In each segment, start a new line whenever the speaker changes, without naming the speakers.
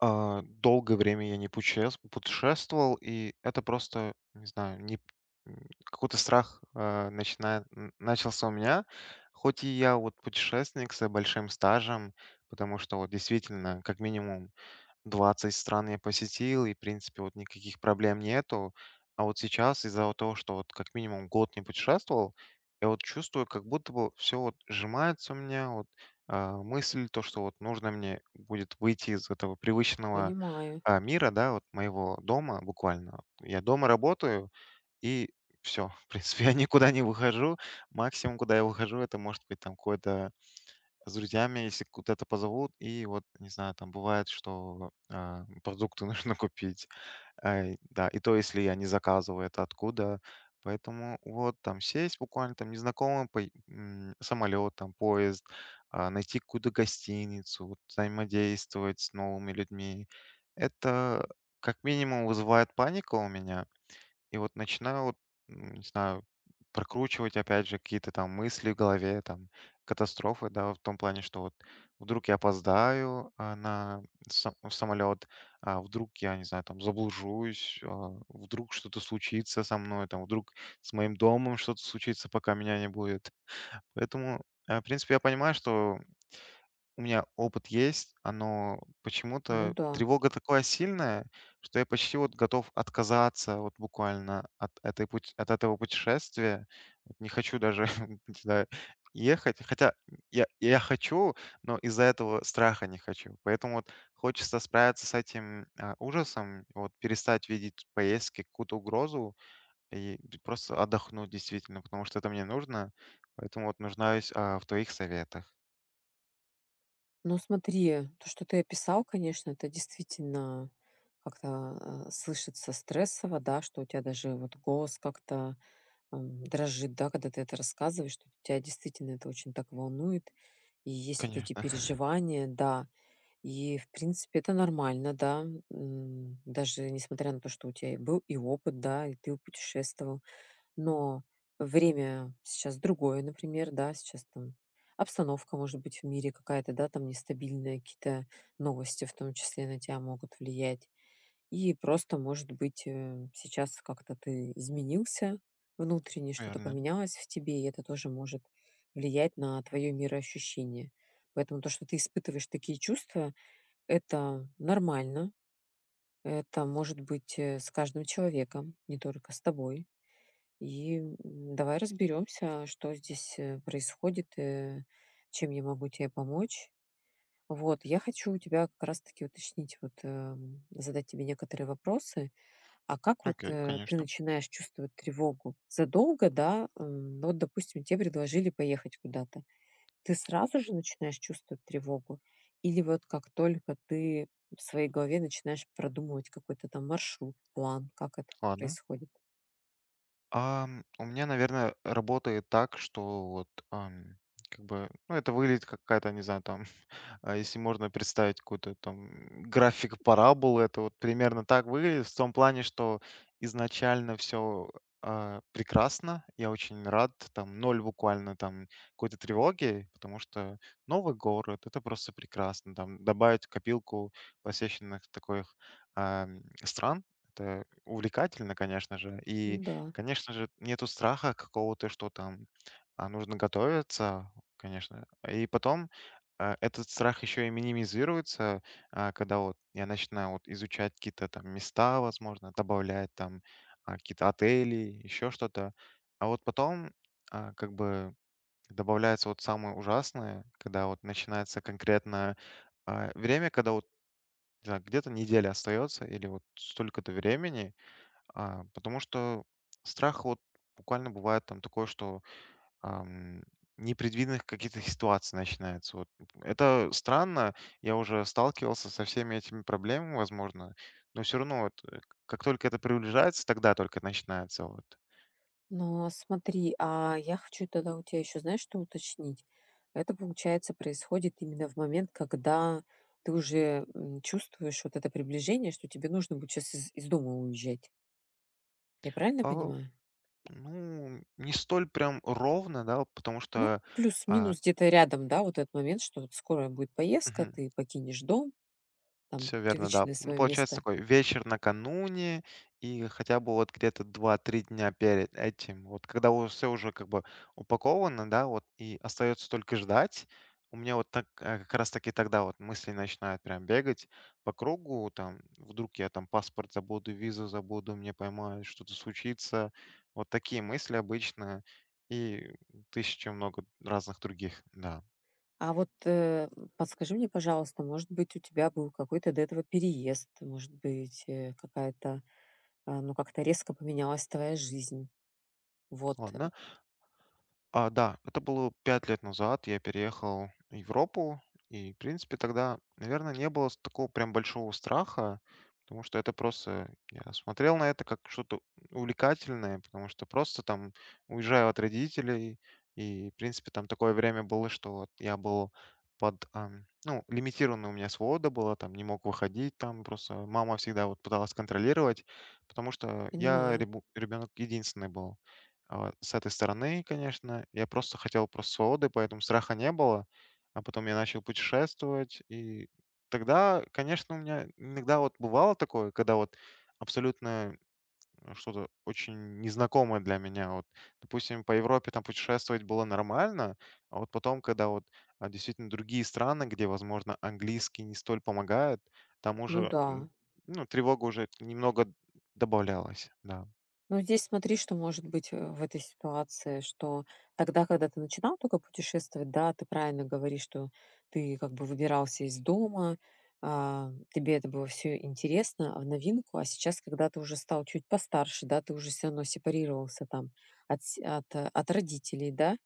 Долгое время я не пучес путешествовал, и это просто, не знаю, не м, какой-то страх, начинает н начался у меня. Хоть и я вот путешественник с большим стажем, потому что вот действительно, как минимум, 20 стран я посетил, и, в принципе, вот никаких проблем нету. А вот сейчас из-за вот того, что вот как минимум год не путешествовал, я вот чувствую, как будто бы все вот сжимается у меня, мысль, то, что вот нужно мне будет выйти из этого привычного
Понимаю.
мира, да, вот моего дома буквально. Вот я дома работаю, и все, в принципе, я никуда не выхожу. Максимум, куда я выхожу, это может быть там какое-то с друзьями, если куда-то позовут, и вот, не знаю, там бывает, что продукты нужно купить. Да, и то, если я не заказываю это откуда. Поэтому вот там сесть буквально там незнакомый самолет, там поезд, найти какую-то гостиницу, вот взаимодействовать с новыми людьми. Это как минимум вызывает панику у меня, и вот начинаю, вот, не знаю, прокручивать, опять же, какие-то там мысли в голове, там, катастрофы, да, в том плане, что вот вдруг я опоздаю на в самолет, а вдруг я, не знаю, там, заблужусь, вдруг что-то случится со мной, там, вдруг с моим домом что-то случится, пока меня не будет. Поэтому, в принципе, я понимаю, что у меня опыт есть, оно
Ну
почему-то
да.
тревога такая сильная, что я почти вот готов отказаться вот буквально от этой пут от этого путешествия. Вот не хочу даже туда ехать. Хотя я хочу, но из-за этого страха не хочу. Поэтому вот хочется справиться с этим, ужасом, вот перестать видеть в поездке какую-то угрозу и просто отдохнуть действительно, потому что это мне нужно. Поэтому вот нуждаюсь, в твоих советах.
Но смотри, то, что ты описал, конечно, это действительно как-то, слышится стрессово, да, что у тебя даже вот голос как-то, дрожит, да, когда ты это рассказываешь, что тебя действительно это очень так волнует. И есть вот эти
Конечно.
переживания, да. И, в принципе, это нормально, да. Даже несмотря на то, что у тебя и был и опыт, да, и ты путешествовал. Но время сейчас другое, например, да, сейчас там обстановка может быть в мире какая-то, да, там нестабильная, какие-то новости в том числе на тебя могут влиять. И просто, может быть, сейчас как-то ты изменился внутренне, что-то
Верно.
поменялось в тебе, и это тоже может влиять на твое мироощущение. Поэтому то, что ты испытываешь такие чувства, это нормально. Это может быть с каждым человеком, не только с тобой. И давай разберемся, что здесь происходит, чем я могу тебе помочь. Вот, я хочу у тебя как раз-таки уточнить, вот задать тебе некоторые вопросы. А как вот
Окей,
ты
конечно.
начинаешь чувствовать тревогу? Задолго, да, ну вот, допустим, тебе предложили поехать куда-то. Ты сразу же начинаешь чувствовать тревогу? Или вот как только ты в своей голове начинаешь продумывать какой-то там маршрут, план, как это
Ладно.
происходит?
У меня, наверное, работает так, что вот, как бы, ну, это выглядит как какая-то, не знаю, там, а если можно представить какой-то там график параболы, это вот примерно так выглядит в том плане, что изначально все прекрасно. Я очень рад, там ноль буквально там какой-то тревоги, потому что новый город это просто прекрасно. Там добавить в копилку посещенных таких стран это увлекательно, конечно же. И,
Ну да.
конечно же, нету страха какого-то, что там нужно готовиться, конечно. И потом этот страх еще и минимизируется, когда вот я начинаю вот изучать какие-то там места, возможно, добавлять там какие-то отели, еще что-то. А вот потом, как бы, добавляется вот самое ужасное, когда вот начинается конкретно время, когда вот не знаю, где-то неделя остается или вот столько-то времени, потому что страх вот буквально бывает там такое, что ам, непредвиденных каких-то ситуаций начинается. Вот. Это странно, я уже сталкивался со всеми этими проблемами, возможно, но все равно вот, как только это приближается, тогда только начинается. Вот.
Но смотри, а я хочу тогда у тебя еще, знаешь, что уточнить? Это, получается, происходит именно в момент, когда ты уже чувствуешь вот это приближение, что тебе нужно будет сейчас из дома уезжать. Я правильно
А,
понимаю?
ну, не столь прям ровно, да, потому
Ну,
что а,
плюс-минус где-то рядом, да, вот этот момент, что вот скоро будет поездка, ты покинешь дом, там,
все верно, да.
привычное
Ну,
свое
получается,
место.
такой вечер накануне и хотя бы вот где-то 2-3 дня перед этим. Вот когда у всё уже как бы упаковано, да, вот и остается только ждать. У меня вот так, как раз таки тогда вот мысли начинают прям бегать по кругу. Там вдруг я там паспорт забуду, визу забуду, мне поймают, что-то случится. Вот такие мысли обычно и тысяча много разных других. Да.
А вот подскажи мне, пожалуйста, может быть, у тебя был какой-то до этого переезд, может быть, какая-то ну, как-то резко поменялась твоя жизнь. Вот,
Ладно. А, да, это было 5 лет назад. Я переехал в Европу, и, в принципе, тогда, наверное, не было такого прям большого страха, потому что это просто... Я смотрел на это как что-то увлекательное, потому что просто там уезжаю от родителей, и, в принципе, там такое время было, что вот я был под... ну, лимитированная у меня свобода была, там не мог выходить, там просто мама всегда вот пыталась контролировать, потому что я
понимаю.
ребенок единственный был. А, с этой стороны, конечно, я просто хотел просто свободы, поэтому страха не было. А потом я начал путешествовать, и тогда, конечно, у меня иногда вот бывало такое, когда вот абсолютно что-то очень незнакомое для меня. Вот, допустим, по Европе там путешествовать было нормально, а вот потом, когда вот действительно другие страны, где, возможно, английский не столь помогает, там
Ну
уже
да.
ну, тревога уже немного добавлялась. Да,
Но здесь смотри, что может быть, в этой ситуации, что тогда, когда ты начинал только путешествовать, да, ты правильно говоришь, что ты как бы выбирался из дома, тебе это было все интересно, в новинку. А сейчас, когда ты уже стал чуть постарше, да, ты уже все равно сепарировался там от с от, э, от родителей, да,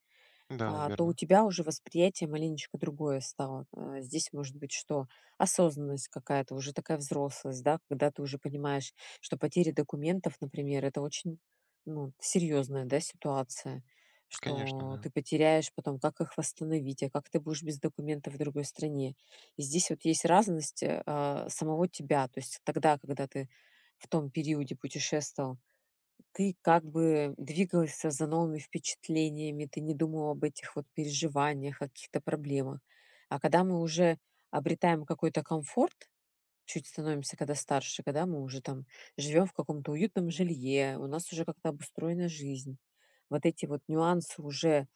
да,
то у
верно.
тебя уже восприятие маленечко другое стало. А здесь может быть что? Осознанность какая-то, уже такая взрослость, да, когда ты уже понимаешь, что потери документов, например, это очень ну, серьезная да, ситуация,
Конечно,
что
да.
ты потеряешь потом, как их восстановить, а как ты будешь без документов в другой стране. И здесь вот есть разность самого тебя, то есть тогда, когда ты в том периоде путешествовал, ты как бы двигался за новыми впечатлениями, ты не думал об этих вот переживаниях, о каких-то проблемах. А когда мы уже обретаем какой-то комфорт, чуть становимся, когда старше, когда мы уже там живем в каком-то уютном жилье, у нас уже как-то обустроена жизнь. Вот эти вот нюансы уже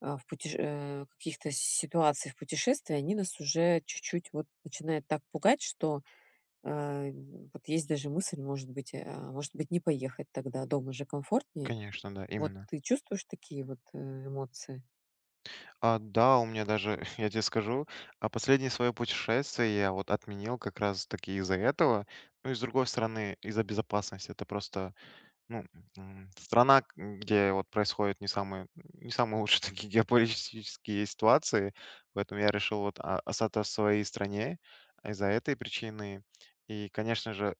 каких-то ситуаций в путешествии, они нас уже чуть-чуть вот начинают так пугать, что а, вот есть даже мысль, может быть, может быть, не поехать тогда, дома же комфортнее.
Конечно, да,
Вот
именно.
ты чувствуешь такие вот, эмоции?
А, да, у меня даже, я тебе скажу, а последнее свое путешествие я вот отменил как раз таки из-за этого. Ну и с другой стороны, из-за безопасности. Это просто, ну, страна, где вот происходят не самые, не самые лучшие такие геополитические ситуации. Поэтому я решил вот остаться в своей стране из-за этой причины. И, конечно же,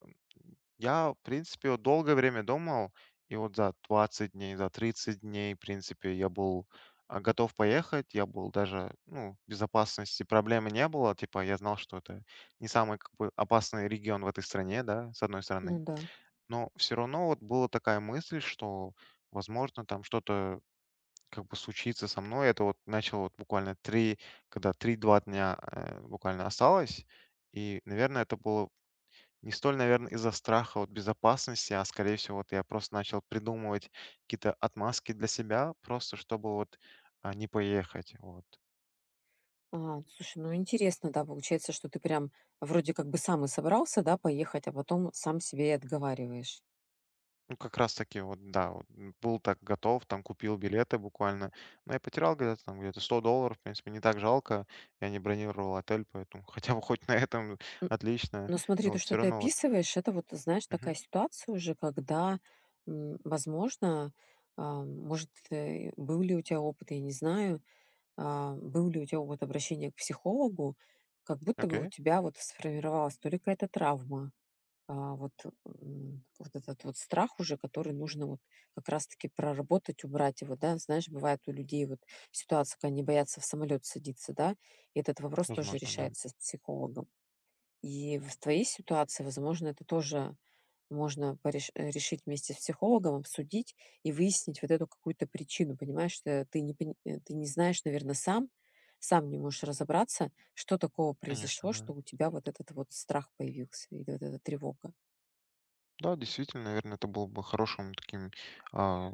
я, в принципе, вот долгое время думал, и вот за 20 дней, за 30 дней, в принципе, я был готов поехать, я был даже, ну, безопасности проблемы не было, типа, я знал, что это не самый, как бы, опасный регион в этой стране, да, с одной
Ну
стороны.
да.
Но все равно вот была такая мысль, что, возможно, там что-то как бы случится со мной. Это вот начало вот буквально три, когда 3-2 дня буквально осталось. И, наверное, это было не столь, наверное, из-за страха от безопасности, а скорее всего, вот я просто начал придумывать какие-то отмазки для себя, просто чтобы вот не поехать. Вот.
А, слушай, ну интересно, да, получается, что ты прям вроде как бы сам и собрался, да, поехать, а потом сам себе и отговариваешь.
Ну, как раз таки, вот, да, вот, был так готов, там купил билеты буквально. Но я потерял где-то там где-то 100 долларов, в принципе, не так жалко. Я не бронировал отель, поэтому хотя бы хоть на этом
Н
отлично.
Но смотри,
Но
то,
вот
что
все
ты
равно вот,
описываешь, это вот, знаешь, такая
мгм,
ситуация уже, когда, возможно, был ли у тебя опыт, я не знаю, был ли у тебя опыт обращения к психологу, как будто бы у
окей,
тебя вот сформировалась то ли какая-то травма. Вот, вот этот вот страх уже, который нужно вот как раз-таки проработать, убрать его, да. Знаешь, бывает у людей вот ситуация, когда они боятся в самолет садиться, да, и этот вопрос тоже
возможно, да.
решается с психологом. И в твоей ситуации, возможно, это тоже можно решить вместе с психологом, обсудить и выяснить вот эту какую-то причину. Понимаешь, что ты не, пони- э, ты не знаешь, наверное, сам, сам не можешь разобраться, что такого
Конечно,
произошло, что
да.
у тебя вот этот вот страх появился или вот эта тревога.
Да, действительно, наверное, это было бы хорошим таким а,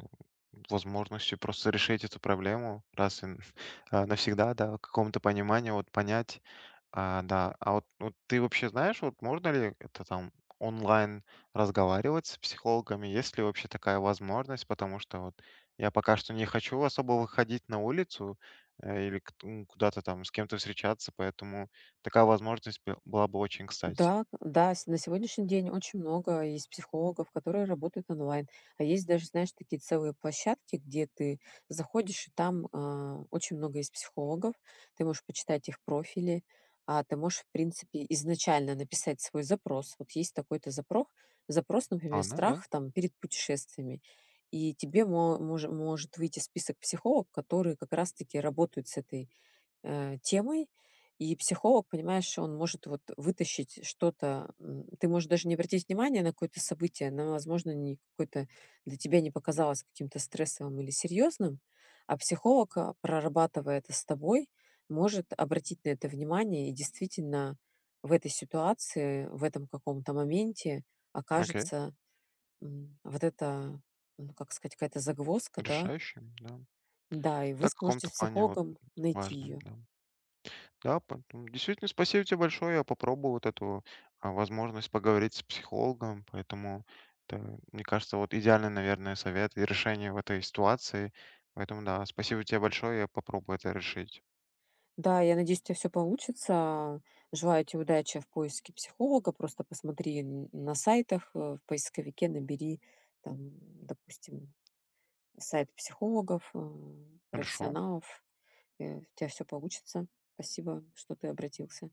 возможностью просто решить эту проблему раз и навсегда, да, в каком-то понимании вот понять, да. Вот ты вообще знаешь, вот можно ли это там онлайн разговаривать с психологами, есть ли вообще такая возможность, потому что вот я пока что не хочу особо выходить на улицу или куда-то там с кем-то встречаться, поэтому такая была бы очень кстати.
Да, да, на сегодняшний день очень много есть психологов, которые работают онлайн. А есть даже, знаешь, такие целые площадки, где ты заходишь, и там очень много есть психологов, ты можешь почитать их профили, а ты можешь, в принципе, изначально написать свой запрос. Вот есть такой-то запрос, запрос, например,
Ладно, да,
страх там перед путешествиями. И тебе может выйти список психологов, которые как раз-таки работают с этой темой, и психолог, понимаешь, он может вот вытащить что-то. Ты можешь даже не обратить внимания на какое-то событие, оно возможно, не какое-то для тебя не показалось каким-то стрессовым или серьезным, а психолог, прорабатывая это с тобой, может обратить на это внимание и действительно в этой ситуации, в этом каком-то моменте
окей,
окажется вот это, ну, как сказать, какая-то загвоздка, да,
решающим, да,
да, и вы
да, в
сможете с
каком-то плане вот
психологом найти
важным,
ее.
да. Да, поэтому действительно спасибо тебе большое. Я попробую вот эту возможность поговорить с психологом, поэтому это, мне кажется, вот идеальный, наверное, совет и решение в этой ситуации. Поэтому да, спасибо тебе большое, я попробую это решить.
Да, я надеюсь, у тебя всё получится. Желаю тебе удачи в поиске психолога. Просто посмотри н на сайтах, в поисковике набери там, допустим, сайт психологов,
Хорошо.
профессионалов. У тебя всё получится. Спасибо, что ты обратился.